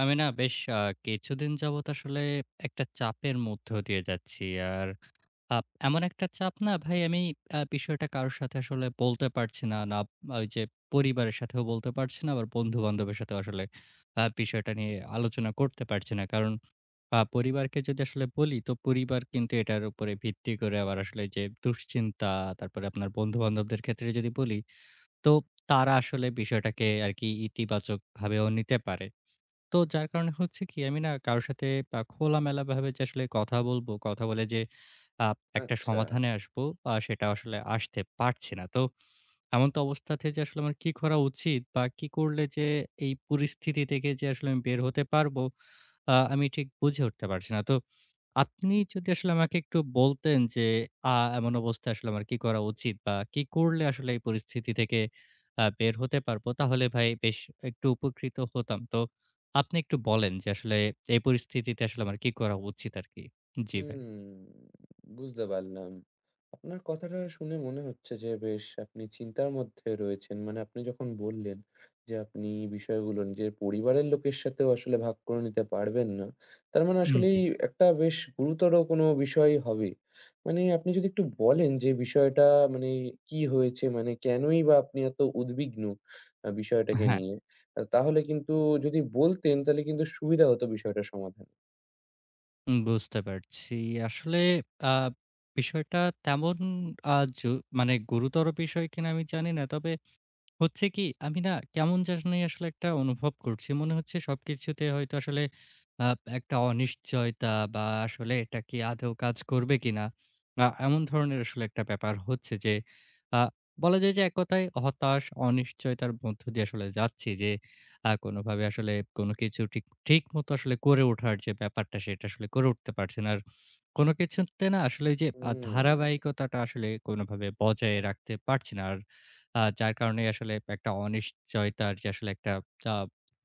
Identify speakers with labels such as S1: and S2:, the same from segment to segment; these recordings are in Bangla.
S1: আমি না বেশ কিছুদিন যাবৎ আসলে একটা চাপের মধ্য দিয়ে যাচ্ছি। আর এমন একটা চাপ, না ভাই, আমি বিষয়টা কারো সাথে আসলে বলতে পারছি না। না, ওই যে, পরিবারের সাথেও বলতে পারছি না, আবার বন্ধু-বান্ধবের সাথেও আসলে বিষয়টা নিয়ে আলোচনা করতে পারছি না। কারণ পরিবারকে যদি আসলে বলি, তো পরিবার কিন্তু এটার উপরে ভিত্তি করে আবার আসলে যে দুশ্চিন্তা। তারপরে আপনার বন্ধু-বান্ধবদের ক্ষেত্রে যদি বলি, তো তারা আসলে বিষয়টাকে আরকি ইতিবাচকভাবেও নিতে পারে। তো যার কারণে হচ্ছে কি, আমি না কারো সাথে খোলামেলাভাবে যে আসলে কথা বলবো, কথা বলে যে আ একটা
S2: আচ্ছা।
S1: সমাধানে আসবো, সেটা আসলে আসতে পারছি না। তো এমন তো অবস্থাতে যে আসলে আমার কি করা উচিত বা কি করলে যে এই পরিস্থিতি থেকে যে আসলে আমি বের হতে পারবো, আমি ঠিক বুঝে উঠতে পারছি না। তো আপনি যদি আসলে আমাকে একটু বলতেন যে, আ এমন অবস্থায় আসলে আমার কি করা উচিত? বা কি করলে আসলে এই পরিস্থিতি থেকে বের হতে পারবো? তাহলে ভাই বেশ একটু উপকৃত হতাম। তো আপনি একটু বলেন যে আসলে এই পরিস্থিতিতে আসলে আমার কি করা উচিত আরকি? জি ভাই।
S2: হুম, বুঝতে পারলাম। আপনার কথাটা শুনে মনে হচ্ছে যে বেশ আপনি চিন্তার মধ্যে রয়েছেন। মানে আপনি যখন বললেন যে আপনি বিষয়গুলো নিজের পরিবারের লোকের সাথেও আসলে ভাগ করে নিতে পারবেন না। তার মানে
S1: উম
S2: আসলেই
S1: জি।
S2: একটা বেশ গুরুতর কোনো বিষয় হবে। মানে আপনি যদি একটু বলেন যে বিষয়টা মানে কি হয়েছে? মানে কেনই বা আপনি এত উদ্বিগ্ন বিষয়টাকে
S1: হ্যাঁ।
S2: নিয়ে? তাহলে কিন্তু যদি বলতেন, তাহলে কিন্তু সুবিধা হতো বিষয়টা সমাধানে।
S1: বুঝতে পারছি। আসলে আ বিষয়টা তেমন আ জু মানে গুরুতর বিষয় কিনা আমি জানি না। তবে হচ্ছে কি, আমি না কেমন জানি আসলে একটা অনুভব করছি। মনে হচ্ছে সবকিছুতে হয়তো আসলে আ একটা অনিশ্চয়তা, বা আসলে এটা কি আদৌ কাজ করবে কিনা? এমন ধরনের আসলে একটা ব্যাপার হচ্ছে যে, আ বলা যায় যে এক কথায় হতাশ, অনিশ্চয়তার মধ্য দিয়ে আসলে যাচ্ছি যে, কোনোভাবে আসলে কোনো কিছু ঠিক ঠিকমতো আসলে করে ওঠার যে ব্যাপারটা, সেটা আসলে করে উঠতে পারছি না। আর কোনো কিছুতে না আসলে ওই যে
S2: হুম।
S1: ধারাবাহিকতাটা আসলে কোনোভাবে বজায় রাখতে পারছি না। আর যার কারণে আসলে একটা অনিশ্চয়তার যে আসলে একটা আ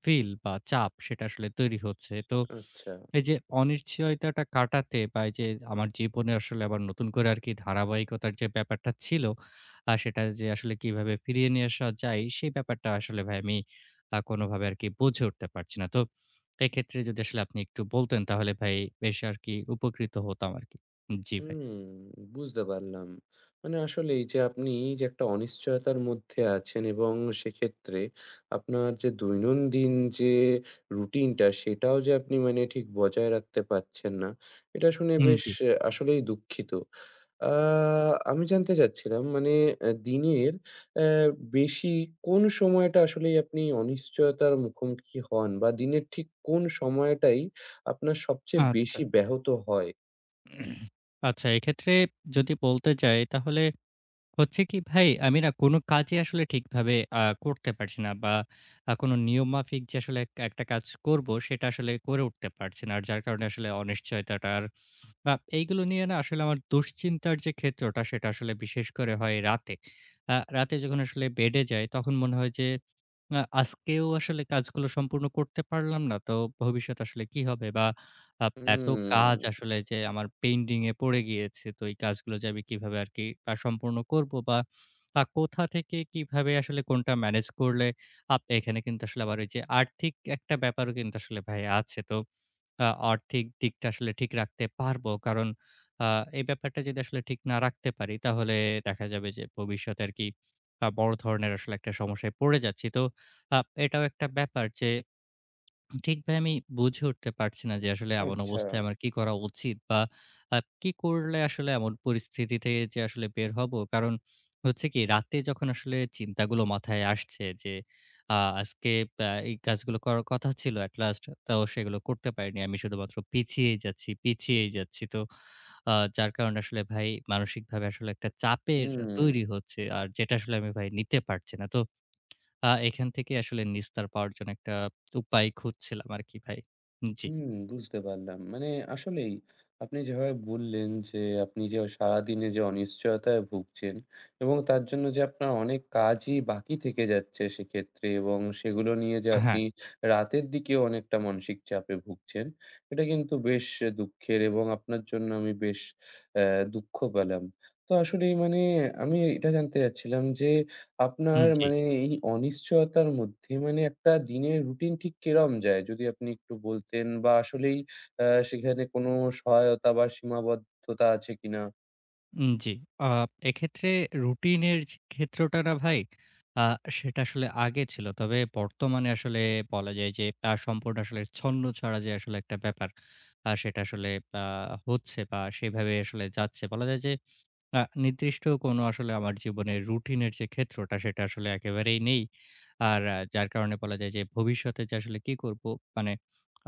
S1: ফিল বা চাপ, সেটা আসলে তৈরি হচ্ছে। তো
S2: আচ্ছা।
S1: এই যে অনিশ্চয়তাটা কাটাতে, বা এই যে আমার জীবনে আসলে আবার নতুন করে আরকি ধারাবাহিকতার যে ব্যাপারটা ছিল, সেটা যে আসলে কিভাবে ফিরিয়ে নিয়ে আসা যায়, সেই ব্যাপারটা আসলে ভাই আমি কোনোভাবে আরকি বুঝে উঠতে পারছি না। তো এক্ষেত্রে যদি আসলে আপনি একটু বলতেন তাহলে ভাই বেশ আরকি উপকৃত হতাম আরকি। জি ভাই।
S2: হুম, বুঝতে পারলাম। মানে আসলেই যে আপনি যে একটা অনিশ্চয়তার মধ্যে আছেন, এবং সেক্ষেত্রে আপনার যে দৈনন্দিন যে রুটিনটা, সেটাও যে আপনি মানে ঠিক বজায় রাখতে পারছেন না, এটা শুনে
S1: উম
S2: বেশ
S1: জি।
S2: আসলেই দুঃখিত। আ আমি জানতে চাচ্ছিলাম, মানে দিনের অ্যা বেশি কোন সময়টা আসলেই আপনি অনিশ্চয়তার মুখোমুখি হন, বা দিনের ঠিক কোন সময়টাই আপনার সবচেয়ে
S1: আচ্ছা।
S2: বেশি ব্যাহত হয়?
S1: আচ্ছা, এক্ষেত্রে যদি বলতে যাই তাহলে হচ্ছে কি ভাই, আমি না কোনো কাজই আসলে ঠিকভাবে করতে পারছি না, বা কোনো নিয়মমাফিক যে আসলে এক একটা কাজ করব, সেটা আসলে করে উঠতে পারছি না। আর যার কারণে আসলে অনিশ্চয়তাটার, বা এইগুলো নিয়ে না আসলে আমার দুশ্চিন্তার যে ক্ষেত্রটা, সেটা আসলে বিশেষ করে হয় রাতে। রাতে যখন আসলে বেডে যাই, তখন মনে হয় যে আজকেও আসলে কাজগুলো সম্পূর্ণ করতে পারলাম না। তো ভবিষ্যতে আসলে কি হবে? বা এত
S2: হুম,
S1: কাজ আসলে যে আমার পেন্ডিং এ পড়ে গিয়েছে। তো এই কাজগুলো যে আমি কিভাবে আরকি সম্পূর্ণ করব? বা কোথা থেকে কিভাবে আসলে কোনটা ম্যানেজ করলে, এখানে কিন্তু আসলে আবার ওই যে আর্থিক একটা ব্যাপারও কিন্তু আসলে ভাই আছে। তো আ আর্থিক দিকটা আসলে ঠিক রাখতে পারবো। কারণ আ এই ব্যাপারটা যদি আসলে ঠিক না রাখতে পারি, তাহলে দেখা যাবে যে ভবিষ্যতে আরকি বড় ধরনের আসলে একটা সমস্যায় পড়ে যাচ্ছি। তো আ এটাও একটা ব্যাপার যে ঠিক ভাই আমি বুঝে উঠতে পারছি না যে আসলে এমন
S2: আচ্ছা।
S1: অবস্থায় আমার কি করা উচিত, বা আ কি করলে আসলে এমন পরিস্থিতি থেকে যে আসলে বের হব? কারণ হচ্ছে কি, রাতে যখন আসলে চিন্তাগুলো মাথায় আসছে যে, আজকে এই কাজগুলো করার কথা ছিল, এট লাস্ট তাও সেগুলো করতে পারিনি। আমি শুধুমাত্র পিছিয়েই যাচ্ছি, পিছিয়েই যাচ্ছি। তো যার কারণে আসলে ভাই মানসিকভাবে আসলে একটা চাপের
S2: হুম,
S1: তৈরি হচ্ছে। আর যেটা আসলে আমি ভাই নিতে পারছি না। তো এখান থেকেই আসলে নিস্তার পাওয়ার জন্য একটা উপায় খুঁজছিলাম আরকি, ভাই। জি।
S2: হুম, বুঝতে পারলাম। মানে আসলেই আপনি যেভাবে বললেন যে, আপনি যে সারাদিনে যে অনিশ্চয়তায় ভুগছেন, এবং তার জন্য যে আপনার অনেক কাজই বাকি থেকে যাচ্ছে সেক্ষেত্রে, এবং সেগুলো নিয়ে যে
S1: হ্যাঁ।
S2: আপনি রাতের দিকেও অনেকটা মানসিক চাপে ভুগছেন, এটা কিন্তু বেশ দুঃখের, এবং আপনার জন্য আমি বেশ অ্যা দুঃখ পেলাম। তো আসলেই মানে আমি এটা জানতে চাচ্ছিলাম যে
S1: উম
S2: আপনার
S1: জি।
S2: মানে এই অনিশ্চয়তার মধ্যে, মানে একটা দিনের রুটিন ঠিক কিরম যায়? যদি আপনি একটু বলতেন, বা আসলেই আ সেখানে কোনো সহায়তা বা সীমাবদ্ধতা আছে কিনা?
S1: উম জি। আ এক্ষেত্রে রুটিনের যে ক্ষেত্রটা না ভাই, আ সেটা আসলে আগে ছিল। তবে বর্তমানে আসলে বলা যায় যে সম্পূর্ণ আসলে ছন্নছাড়া যে আসলে একটা ব্যাপার, সেটা আসলে আ হচ্ছে, বা সেভাবে আসলে যাচ্ছে। বলা যায় যে আ নির্দিষ্ট কোনো আসলে আমার জীবনের রুটিনের যে ক্ষেত্রটা, সেটা আসলে একেবারেই নেই। আর যার কারণে বলা যায় যে ভবিষ্যতে যে আসলে কি করব, মানে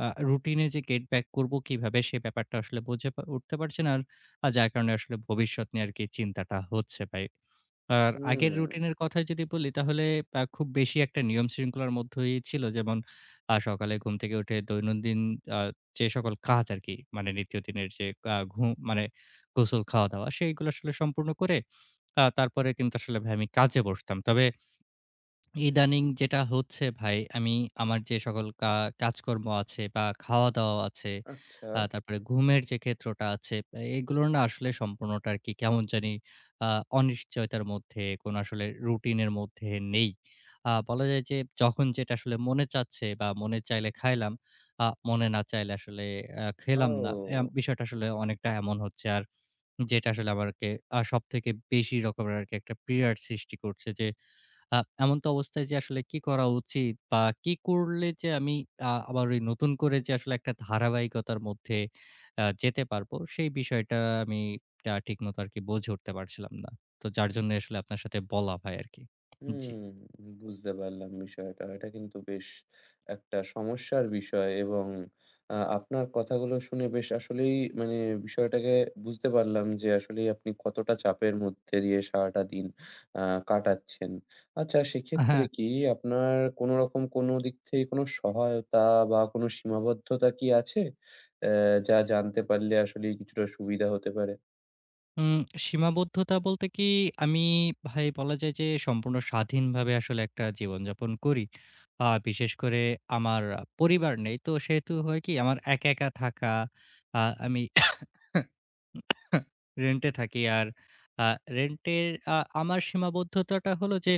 S1: রুটিনে যে গেট ব্যাক করব কিভাবে, সে ব্যাপারটা আসলে বুঝে উঠতে পারছি না। আর যার কারণে আসলে ভবিষ্যৎ নিয়ে আরকি চিন্তাটা হচ্ছে ভাই। আর
S2: হুম,
S1: আগের রুটিনের কথা যদি বলি তাহলে খুব বেশি একটা নিয়ম-শৃঙ্খলার মধ্যেই ছিল। যেমন, সকালে ঘুম থেকে উঠে দৈনন্দিন আ যে সকল কাজ আরকি মানে নিত্যদিনের যে ঘুম মানে গোসল, খাওয়া-দাওয়া, সেইগুলো আসলে সম্পূর্ণ করে তারপরে কিন্তু আসলে ভাই আমি কাজে বসতাম। তবে ইদানিং যেটা হচ্ছে ভাই, আমি আমার যে সকল কাজকর্ম আছে বা খাওয়া-দাওয়া আছে,
S2: আচ্ছা।
S1: তারপরে ঘুমের যে ক্ষেত্রটা আছে, এগুলোর না আসলে সম্পূর্ণটা আরকি কেমন জানি আ অনিশ্চয়তার মধ্যে, কোনো আসলে রুটিনের মধ্যে নেই। বলা যায় যে যখন যেটা আসলে মনে চাচ্ছে, বা মনে চাইলে খাইলাম, মনে না চাইলে আসলে খেলাম না।
S2: ও!
S1: বিষয়টা আসলে অনেকটা এমন হচ্ছে। আর যেটা আসলে আমারকে সবথেকে বেশি রকমের আরকি একটা পীড়ার সৃষ্টি করছে যে, আ এমন তো অবস্থায় যে আসলে কি করা উচিত, বা কি করলে যে আমি আবার ওই নতুন করে যে আসলে একটা ধারাবাহিকতার মধ্যে যেতে পারবো, সেই বিষয়টা আমি ঠিকমতো আরকি বুঝে উঠতে পারছিলাম না। তো যার জন্য আসলে আপনার সাথে বলা ভাই আরকি।
S2: হুম,
S1: জি।
S2: বুঝতে পারলাম বিষয়টা। এটা কিন্তু বেশ একটা সমস্যার বিষয়, এবং আপনার কথাগুলো শুনে বেশ আসলেই মানে বিষয়টাকে বুঝতে পারলাম যে আসলেই আপনি কতটা চাপের মধ্যে দিয়ে সারাটা দিন আ কাটাচ্ছেন। আচ্ছা, সেক্ষেত্রে
S1: হ্যাঁ।
S2: কি আপনার কোনো রকম কোনো দিক থেকে কোনো সহায়তা বা কোনো সীমাবদ্ধতা কি আছে? অ্যা যা জানতে পারলে আসলেই কিছুটা সুবিধা হতে পারে?
S1: উম সীমাবদ্ধতা বলতে কি, আমি ভাই, বলা যায় যে সম্পূর্ণ স্বাধীনভাবে আসলে একটা জীবনযাপন করি। বিশেষ করে আমার পরিবার নেই। তো সেহেতু হয় কি, আমার একা, একা থাকা, আ আমি রেন্টে থাকি। আর আ রেন্টের আমার সীমাবদ্ধতাটা হলো যে,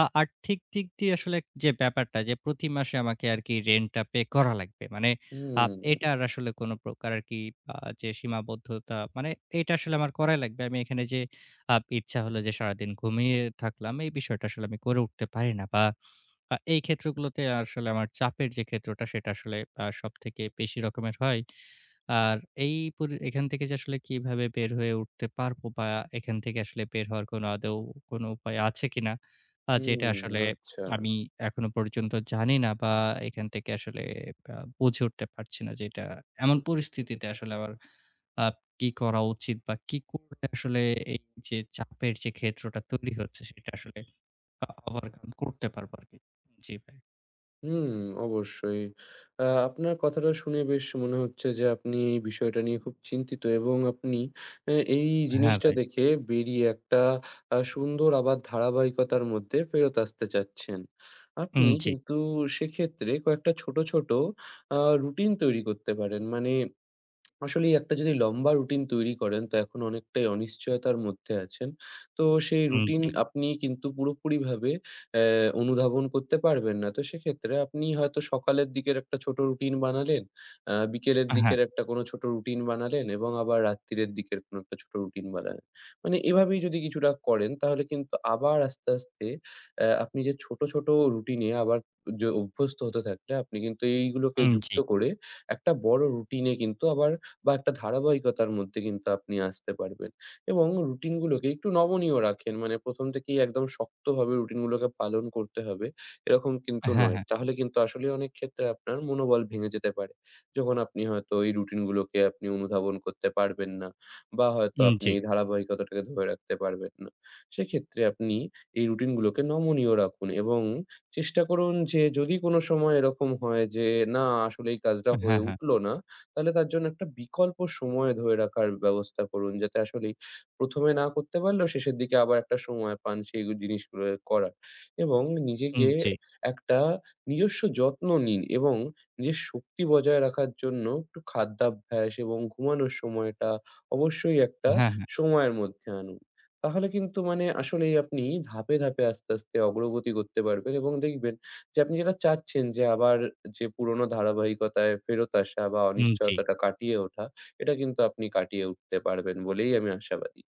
S1: আর্থিক দিক দিয়ে আসলে যে ব্যাপারটা, যে প্রতি মাসে আমাকে আরকি রেন্টটা পে করা লাগবে। মানে আ
S2: হুম,
S1: এটার আসলে কোনো প্রকার আরকি আ যে সীমাবদ্ধতা, মানে এটা আসলে আমার করাই লাগবে। আমি এখানে যে ইচ্ছা হলো যে সারাদিন ঘুমিয়ে থাকলাম, এই বিষয়টা আসলে আমি করে উঠতে পারি না। বা এই ক্ষেত্রগুলোতে আসলে আমার চাপের যে ক্ষেত্রটা সেটা আসলে সবথেকে বেশি রকমের হয়। আর এই পরি এখান থেকে যে আসলে কিভাবে বের হয়ে উঠতে পারবো, বা এখান থেকে আসলে বের হওয়ার কোনো আদৌ কোনো উপায় আছে কিনা?
S2: হুম,
S1: যেটা আসলে
S2: আচ্ছা।
S1: আমি এখনো পর্যন্ত জানি না, বা এখান থেকে আসলে বুঝে উঠতে পারছি না যে এটা এমন পরিস্থিতিতে আসলে আমার আ কি করা উচিত, বা কি করলে আসলে এই যে চাপের যে ক্ষেত্রটা তৈরি হচ্ছে সেটা আসলে ওভারকাম করতে পারবো আরকি। জি ভাই।
S2: হুম, অবশ্যই। আপনার কথাটা শুনে বেশ মনে হচ্ছে যে আপনি এই বিষয়টা নিয়ে খুব চিন্তিত, এবং আপনি এই
S1: হ্যাঁ
S2: জিনিসটা
S1: ভাই।
S2: থেকে বেরিয়ে একটা সুন্দর আবার ধারাবাহিকতার মধ্যে ফেরত আসতে চাচ্ছেন।
S1: উম
S2: আপনি
S1: জি,
S2: কিন্তু সেক্ষেত্রে কয়েকটা ছোট, ছোট আ রুটিন তৈরি করতে পারেন। মানে আসলে একটা যদি লম্বা রুটিন তৈরি করেন, তো এখন অনেকটাই অনিশ্চয়তার মধ্যে আছেন। তো সেই
S1: উম
S2: রুটিন
S1: জি,
S2: আপনি কিন্তু পুরোপুরিভাবে অ্যা অনুধাবন করতে পারবেন না। তো সেক্ষেত্রে আপনি হয়তো সকালের দিকের একটা ছোট রুটিন বানালেন, বিকেলের
S1: হ্যাঁ,
S2: দিকের একটা কোনো ছোট রুটিন বানালেন, এবং আবার রাত্তিরের দিকের কোনো একটা ছোট রুটিন বানালেন। মানে এভাবেই যদি কিছুটা করেন, তাহলে কিন্তু আবার আস্তে, আস্তে আপনি যে ছোট, ছোট রুটিনে আবার যে অভ্যস্ত হতে থাকলে, আপনি কিন্তু এইগুলোকে
S1: উম জি,
S2: যুক্ত করে একটা বড় রুটিনে কিন্তু আবার, বা একটা ধারাবাহিকতার মধ্যে কিন্তু আপনি আসতে পারবেন, এবং রুটিনগুলোকে একটু নমনীয় রাখেন। মানে ১ম থেকেই একদম শক্তভাবে রুটিনগুলোকে পালন করতে হবে, এরকম কিন্তু
S1: হ্যাঁ,
S2: নয়।
S1: হ্যাঁ,
S2: তাহলে কিন্তু আসলে অনেক ক্ষেত্রে আপনার মনোবল ভেঙে যেতে পারে। যখন আপনি হয়তো এই রুটিনগুলোকে আপনি অনুধাবন করতে পারবেন না, বা হয়তো
S1: উম
S2: আপনি
S1: জি,
S2: এই ধারাবাহিকতাটাকে ধরে রাখতে পারবেন না। সেক্ষেত্রে আপনি এই রুটিনগুলোকে নমনীয় রাখুন, এবং চেষ্টা করুন যে যদি কোনো সময় এরকম হয় যে না, আসলে এই কাজটা
S1: হ্যাঁ,
S2: হয়ে
S1: হ্যাঁ,
S2: উঠলো না, তাহলে তার জন্য একটা বিকল্প সময় ধরে রাখার ব্যবস্থা করুন। যাতে আসলেই ১ম এ না করতে পারলেও, শেষের দিকে আবার একটা সময় পান সেই জিনিসগুলো করার। এবং
S1: উম
S2: নিজেকে
S1: জি,
S2: একটা নিজস্ব যত্ন নিন, এবং নিজের শক্তি বজায় রাখার জন্য একটু খাদ্যাভ্যাস এবং ঘুমানোর সময়টা অবশ্যই একটা
S1: হ্যাঁ, হ্যাঁ,
S2: সময়ের মধ্যে আনুন। তাহলে কিন্তু মানে আসলেই আপনি ধাপে, ধাপে আস্তে, আস্তে অগ্রগতি করতে পারবেন, এবং দেখবেন যে আপনি যেটা চাচ্ছেন, যে আবার যে পুরোনো ধারাবাহিকতায় ফেরত আসা বা
S1: উম জি।
S2: অনিশ্চয়তাটা কাটিয়ে ওঠা, এটা কিন্তু আপনি কাটিয়ে উঠতে পারবেন বলেই আমি আশাবাদী।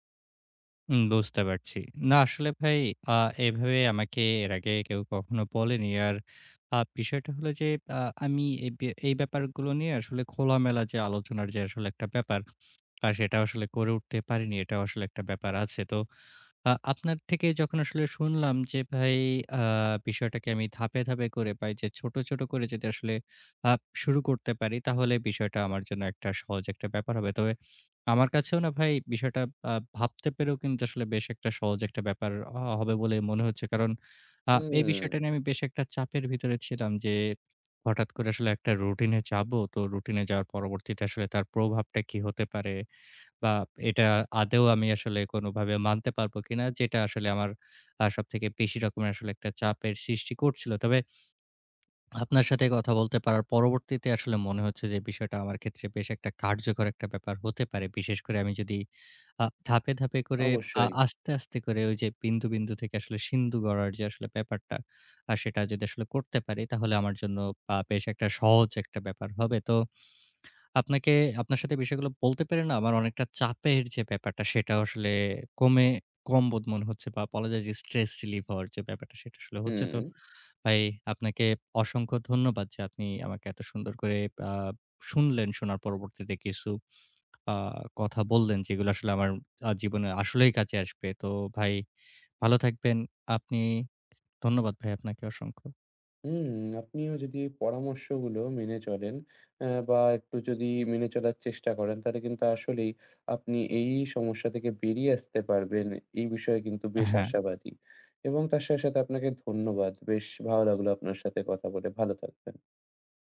S1: বুঝতে পারছি। না আসলে ভাই, আ এভাবে আমাকে এর আগে কেউ কখনো বলেনি। আর বিষয়টা হলো যে, আমি এই এই ব্যাপারগুলো নিয়ে আসলে খোলামেলা যে আলোচনার যে আসলে একটা ব্যাপার, সেটা আসলে করে উঠতে পারিনি। এটাও আসলে একটা ব্যাপার আছে। তো আপনার থেকে যখন আসলে শুনলাম যে ভাই, আ বিষয়টাকে আমি ধাপে, ধাপে করে পাই যে ছোট, ছোট করে যদি আসলে আ শুরু করতে পারি, তাহলে বিষয়টা আমার জন্য একটা সহজ একটা ব্যাপার হবে। তবে আমার কাছেও না ভাই বিষয়টা ভাবতে পেরেও কিন্তু আসলে বেশ একটা সহজ একটা ব্যাপার হবে বলে মনে হচ্ছে। কারণ আ এই
S2: হুম,
S1: বিষয়টা নিয়ে আমি বেশ একটা চাপের ভিতরে ছিলাম যে, হঠাৎ করে আসলে একটা রুটিনে যাবো। তো রুটিনে যাওয়ার পরবর্তীতে আসলে তার প্রভাবটা কি হতে পারে? বা এটা আদৌ আমি আসলে কোনোভাবে মানতে পারবো কিনা? যেটা আসলে আমার সবথেকে বেশি রকমের আসলে একটা চাপের সৃষ্টি করছিল। তবে আপনার সাথে কথা বলতে পারার পরবর্তীতে আসলে মনে হচ্ছে যে বিষয়টা আমার ক্ষেত্রে বেশ একটা কার্যকর একটা ব্যাপার হতে পারে। বিশেষ করে আমি যদি ধাপে, ধাপে করে
S2: অবশ্যই।
S1: আস্তে, আস্তে করে ওই যে বিন্দু, বিন্দু থেকে আসলে সিন্ধু গড়ার যে আসলে ব্যাপারটা, সেটা যদি আসলে করতে পারি, তাহলে আমার জন্য বেশ একটা সহজ একটা ব্যাপার হবে। তো আপনাকে আপনার সাথে বিষয়গুলো বলতে পেরে না আমার অনেকটা চাপের যে ব্যাপারটা সেটা আসলে কমে কম বোধ মনে হচ্ছে, বা বলা যায় যে স্ট্রেস রিলিভ হওয়ার যে ব্যাপারটা সেটা আসলে হচ্ছে। তো
S2: হুম,
S1: ভাই, আপনাকে অসংখ্য ধন্যবাদ যে আপনি আমাকে এত সুন্দর করে আ শুনলেন। শোনার পরবর্তীতে কিছু আ কথা বললেন যেগুলো আসলে আমার জীবনে আসলেই কাজে আসবে। তো ভাই, ভালো থাকবেন। আপনি, ধন্যবাদ ভাই আপনাকে অসংখ্য।
S2: হুম, আপনিও যদি এই পরামর্শগুলো মেনে চলেন, বা একটু যদি মেনে চলার চেষ্টা করেন, তাহলে কিন্তু আসলেই আপনি এই সমস্যা থেকে বেরিয়ে আসতে পারবেন। এই বিষয়ে কিন্তু বেশ
S1: হ্যাঁ।
S2: আশাবাদী, এবং তার সাথে, সাথে আপনাকে ধন্যবাদ। বেশ ভালো লাগলো আপনার সাথে কথা বলে। ভালো থাকবেন।